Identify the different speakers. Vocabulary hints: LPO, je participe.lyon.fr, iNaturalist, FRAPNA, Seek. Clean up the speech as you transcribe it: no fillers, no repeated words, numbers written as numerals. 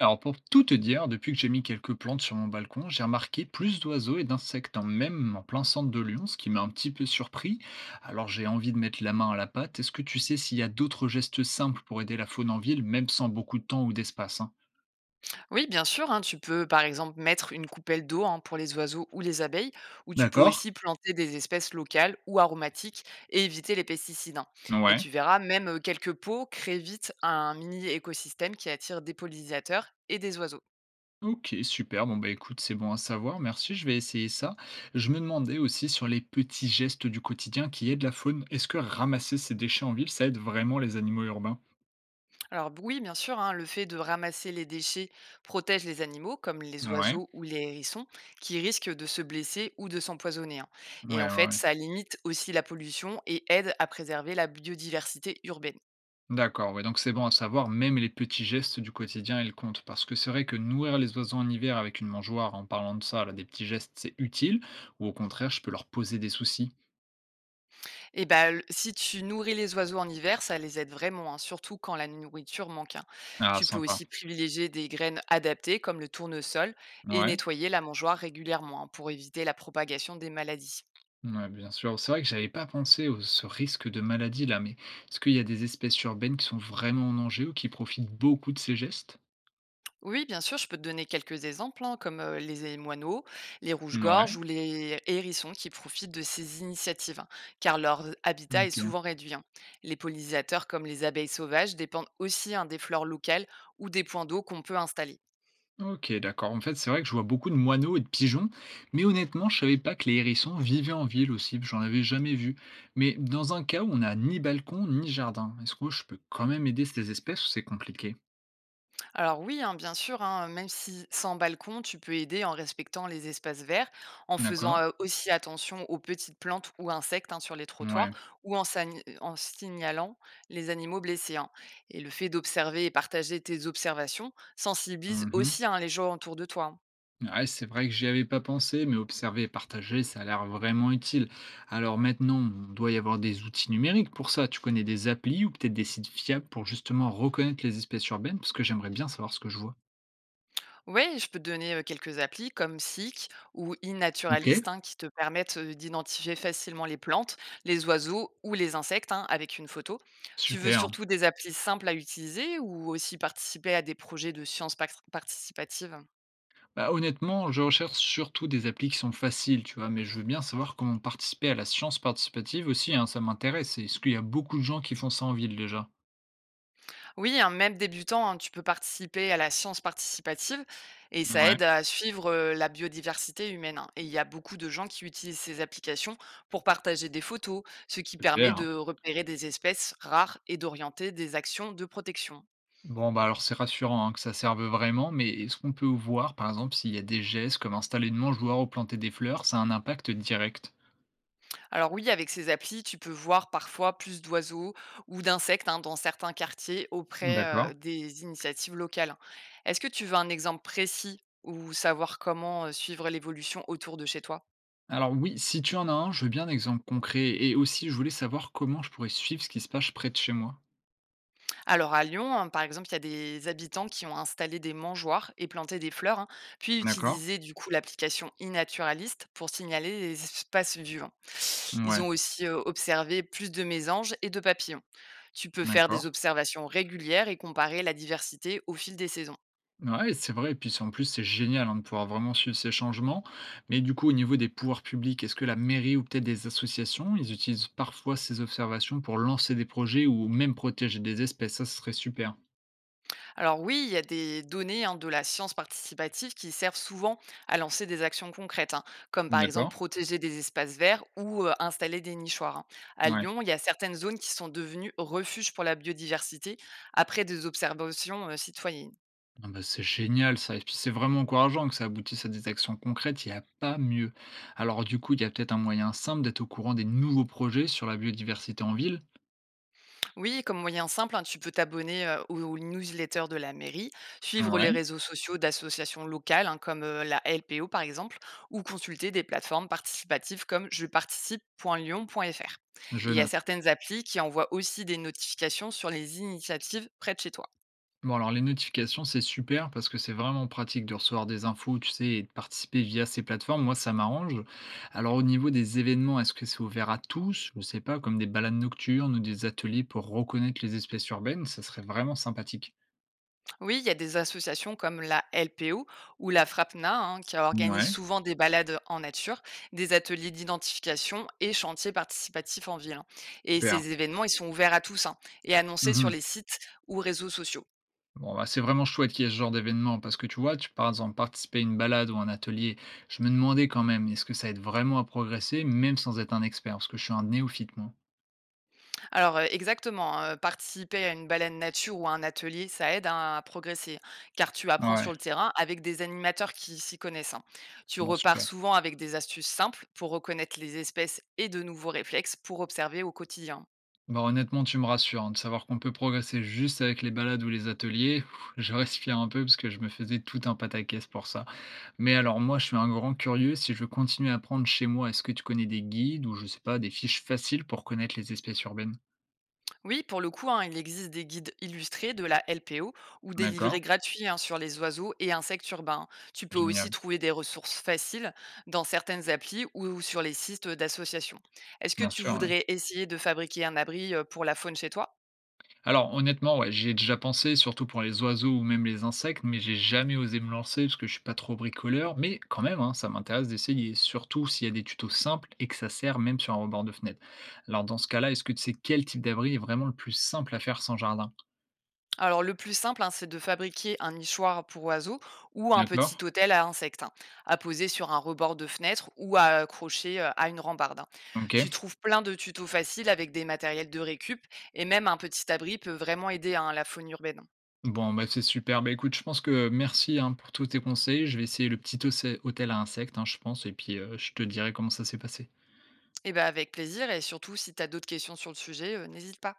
Speaker 1: Alors pour tout te dire, depuis que j'ai mis quelques plantes sur mon balcon, j'ai remarqué plus d'oiseaux et d'insectes, en même en plein centre de Lyon, ce qui m'a un petit peu surpris. Alors j'ai envie de mettre la main à la pâte. Est-ce que tu sais s'il y a d'autres gestes simples pour aider la faune en ville, même sans beaucoup de temps ou d'espace, hein?
Speaker 2: Oui, bien sûr, hein, tu peux par exemple mettre une coupelle d'eau, hein, pour les oiseaux ou les abeilles, ou tu peux
Speaker 1: D'accord.
Speaker 2: aussi planter des espèces locales ou aromatiques et éviter les pesticides. Hein. Et
Speaker 1: Ouais.
Speaker 2: tu verras, même quelques pots créent vite un mini écosystème qui attire des pollinisateurs et des oiseaux.
Speaker 1: Ok, super. Bon bah écoute, c'est bon à savoir. Merci, je vais essayer ça. Je me demandais aussi sur les petits gestes du quotidien qui aident la faune. Est-ce que ramasser ces déchets en ville, ça aide vraiment les animaux urbains?
Speaker 2: Alors oui, bien sûr, hein, le fait de ramasser les déchets protège les animaux, comme les
Speaker 1: Ouais.
Speaker 2: oiseaux ou les hérissons, qui risquent de se blesser ou de s'empoisonner. Hein. Et
Speaker 1: Ouais,
Speaker 2: en
Speaker 1: ouais.
Speaker 2: fait, ça limite aussi la pollution et aide à préserver la biodiversité urbaine.
Speaker 1: D'accord, ouais, donc c'est bon à savoir, même les petits gestes du quotidien, ils comptent. Parce que c'est vrai que nourrir les oiseaux en hiver avec une mangeoire, en parlant de ça, là, des petits gestes, c'est utile, ou au contraire, je peux leur poser des soucis.
Speaker 2: Et ben, le si tu nourris les oiseaux en hiver, ça les aide vraiment, hein, surtout quand la nourriture manque, hein.
Speaker 1: Ah,
Speaker 2: Tu peux
Speaker 1: sympa.
Speaker 2: aussi privilégier des graines adaptées comme le tournesol et
Speaker 1: Ouais,
Speaker 2: nettoyer la mangeoire régulièrement, hein, pour éviter la propagation des maladies.
Speaker 1: ouais, bien sûr. C'est vrai que j'avais pas pensé à ce risque de maladie là, mais est-ce qu'il y a des espèces urbaines qui sont vraiment en danger ou qui profitent beaucoup de ces gestes?
Speaker 2: Oui, bien sûr, je peux te donner quelques exemples, hein, comme les moineaux, les rouges-gorges
Speaker 1: Ouais.
Speaker 2: ou les hérissons qui profitent de ces initiatives, hein, car leur habitat est
Speaker 1: Ok.
Speaker 2: souvent réduit. Hein. Les pollinisateurs, comme les abeilles sauvages, dépendent aussi, hein, des fleurs locales ou des points d'eau qu'on peut installer.
Speaker 1: Ok, d'accord. En fait, c'est vrai que je vois beaucoup de moineaux et de pigeons, mais honnêtement, je savais pas que les hérissons vivaient en ville aussi, j'en avais jamais vu. Mais dans un cas où on n'a ni balcon ni jardin, est-ce que je peux quand même aider ces espèces ou c'est compliqué?
Speaker 2: Alors oui, hein, bien sûr, hein, même si sans balcon, tu peux aider en respectant les espaces verts, en faisant
Speaker 1: D'accord.
Speaker 2: aussi attention aux petites plantes ou insectes, hein, sur les trottoirs,
Speaker 1: Ouais.
Speaker 2: ou en signalant les animaux blessés. Hein. Et le fait d'observer et partager tes observations sensibilise
Speaker 1: Mhm.
Speaker 2: aussi, hein, les gens autour de toi. Hein.
Speaker 1: Ouais, c'est vrai que j'y avais pas pensé, mais observer et partager, ça a l'air vraiment utile. Alors maintenant, on doit y avoir des outils numériques pour ça. Tu connais des applis ou peut-être des sites fiables pour justement reconnaître les espèces urbaines, parce que j'aimerais bien savoir ce que je vois.
Speaker 2: Ouais, je peux te donner, quelques applis comme Seek ou
Speaker 1: Ok,
Speaker 2: iNaturalist, hein, qui te permettent, d'identifier facilement les plantes, les oiseaux ou les insectes, hein, avec une photo. Tu veux
Speaker 1: super.
Speaker 2: surtout des applis simples à utiliser ou aussi participer à des projets de sciences pac participative?
Speaker 1: Bah, honnêtement, je recherche surtout des applis qui sont faciles, tu vois, mais je veux bien savoir comment participer à la science participative aussi, hein, ça m'intéresse. Est-ce qu'il y a beaucoup de gens qui font ça en ville déjà?
Speaker 2: Oui, hein, même débutant, hein, tu peux participer à la science participative et ça
Speaker 1: Ouais,
Speaker 2: aide à suivre la biodiversité humaine. Hein. Et il y a beaucoup de gens qui utilisent ces applications pour partager des photos, ce qui permet
Speaker 1: super.
Speaker 2: de repérer des espèces rares et d'orienter des actions de protection.
Speaker 1: Bon, bah alors c'est rassurant, hein, que ça serve vraiment, mais est-ce qu'on peut voir, par exemple, s'il y a des gestes comme installer une mangeoire ou planter des fleurs, ça a un impact direct?
Speaker 2: Alors oui, avec ces applis, tu peux voir parfois plus d'oiseaux ou d'insectes, hein, dans certains quartiers auprès
Speaker 1: D'accord.
Speaker 2: des initiatives locales. Hein. Est-ce que tu veux un exemple précis ou savoir comment suivre l'évolution autour de chez toi?
Speaker 1: Alors oui, si tu en as un, je veux bien un exemple concret, et aussi je voulais savoir comment je pourrais suivre ce qui se passe près de chez moi.
Speaker 2: Alors à Lyon, hein, par exemple, il y a des habitants qui ont installé des mangeoires et planté des fleurs, hein, puis
Speaker 1: D'accord.
Speaker 2: utilisé du coup l'application iNaturalist pour signaler les espaces vivants. Ils
Speaker 1: Ouais,
Speaker 2: ont aussi observé plus de mésanges et de papillons. Tu peux faire des
Speaker 1: d'accord.
Speaker 2: observations régulières et comparer la diversité au fil des saisons.
Speaker 1: Ouais, c'est vrai et puis c'est en plus, c'est génial, hein, de pouvoir vraiment suivre ces changements. Mais du coup, au niveau des pouvoirs publics, est-ce que la mairie ou peut-être des associations, ils utilisent parfois ces observations pour lancer des projets ou même protéger des espèces? Ça, ce serait super.
Speaker 2: Alors oui, il y a des données, hein, de la science participative qui servent souvent à lancer des actions concrètes, hein, comme par
Speaker 1: D'accord.
Speaker 2: exemple protéger des espaces verts ou installer des nichoirs. Hein. À
Speaker 1: Ouais.
Speaker 2: Lyon, il y a certaines zones qui sont devenues refuges pour la biodiversité après des observations citoyennes.
Speaker 1: Ah bah, c'est génial ça et puis c'est vraiment encourageant que ça aboutisse à des actions concrètes, il y a pas mieux. Alors du coup, il y a peut-être un moyen simple d'être au courant des nouveaux projets sur la biodiversité en ville?
Speaker 2: Oui, comme moyen simple, hein, tu peux t'abonner aux, aux newsletters de la mairie, suivre
Speaker 1: Ouais.
Speaker 2: les réseaux sociaux d'associations locales, hein, comme la LPO par exemple, ou consulter des plateformes participatives comme je participe.lyon.fr. Et
Speaker 1: Je
Speaker 2: il y a
Speaker 1: note.
Speaker 2: certaines applis qui envoient aussi des notifications sur les initiatives près de chez toi.
Speaker 1: Bon alors les notifications, c'est super parce que c'est vraiment pratique de recevoir des infos, tu sais, et de participer via ces plateformes. Moi, ça m'arrange. Alors au niveau des événements, est-ce que c'est ouvert à tous? Je sais pas, comme des balades nocturnes ou des ateliers pour reconnaître les espèces urbaines, ça serait vraiment sympathique.
Speaker 2: Oui, il y a des associations comme la LPO ou la FRAPNA, hein, qui organisent
Speaker 1: Ouais,
Speaker 2: souvent des balades en nature, des ateliers d'identification et chantiers participatifs en ville. Hein. Et
Speaker 1: super.
Speaker 2: ces événements, ils sont ouverts à tous, hein, et annoncés
Speaker 1: Mhm.
Speaker 2: sur les sites ou réseaux sociaux.
Speaker 1: Bon, bah, c'est vraiment chouette qu'il y ait ce genre d'événement parce que tu vois, tu, par exemple, participer à une balade ou un atelier, je me demandais quand même, est-ce que ça aide vraiment à progresser, même sans être un expert, parce que je suis un néophyte, moi.
Speaker 2: Alors exactement, participer à une balade nature ou à un atelier, ça aide, hein, à progresser car tu apprends
Speaker 1: Ouais,
Speaker 2: sur le terrain avec des animateurs qui s'y connaissent. Hein. Tu
Speaker 1: bon,
Speaker 2: repars
Speaker 1: super.
Speaker 2: souvent avec des astuces simples pour reconnaître les espèces et de nouveaux réflexes pour observer au quotidien.
Speaker 1: Bah, honnêtement, tu me rassures, hein, de savoir qu'on peut progresser juste avec les balades ou les ateliers. Pff, je respire un peu parce que je me faisais tout un pataquès pour ça. Mais alors moi, je suis un grand curieux, si je veux continuer à apprendre chez moi, est-ce que tu connais des guides ou je sais pas, des fiches faciles pour connaître les espèces urbaines?
Speaker 2: Oui, pour le coup, hein, il existe des guides illustrés de la LPO ou des
Speaker 1: D'accord,
Speaker 2: livrets gratuits, hein, sur les oiseaux et insectes urbains. Tu peux aussi
Speaker 1: génial,
Speaker 2: trouver des ressources faciles dans certaines applis ou sur les sites d'associations. Est-ce que
Speaker 1: bien
Speaker 2: tu
Speaker 1: sûr.
Speaker 2: voudrais essayer de fabriquer un abri pour la faune chez toi?
Speaker 1: Alors honnêtement, ouais, j'y ai déjà pensé, surtout pour les oiseaux ou même les insectes, mais j'ai jamais osé me lancer parce que je suis pas trop bricoleur. Mais quand même, hein, ça m'intéresse d'essayer, surtout s'il y a des tutos simples et que ça sert même sur un rebord de fenêtre. Alors dans ce cas-là, est-ce que tu sais quel type d'abri est vraiment le plus simple à faire sans jardin?
Speaker 2: Alors le plus simple, hein, c'est de fabriquer un nichoir pour oiseaux ou un petit
Speaker 1: D'accord.
Speaker 2: hôtel à insectes, hein, à poser sur un rebord de fenêtre ou à accrocher à une rambarde. Hein. Tu
Speaker 1: Ok.
Speaker 2: trouves plein de tutos faciles avec des matériels de récup et même un petit abri peut vraiment aider, hein, à la faune urbaine.
Speaker 1: Bon, bah c'est super. Bah écoute, je pense que merci, hein, pour tous tes conseils. Je vais essayer le petit hôtel à insectes, hein, je pense, et puis je te dirai comment ça s'est passé.
Speaker 2: Et ben avec plaisir et surtout si tu as d'autres questions sur le sujet, n'hésite pas.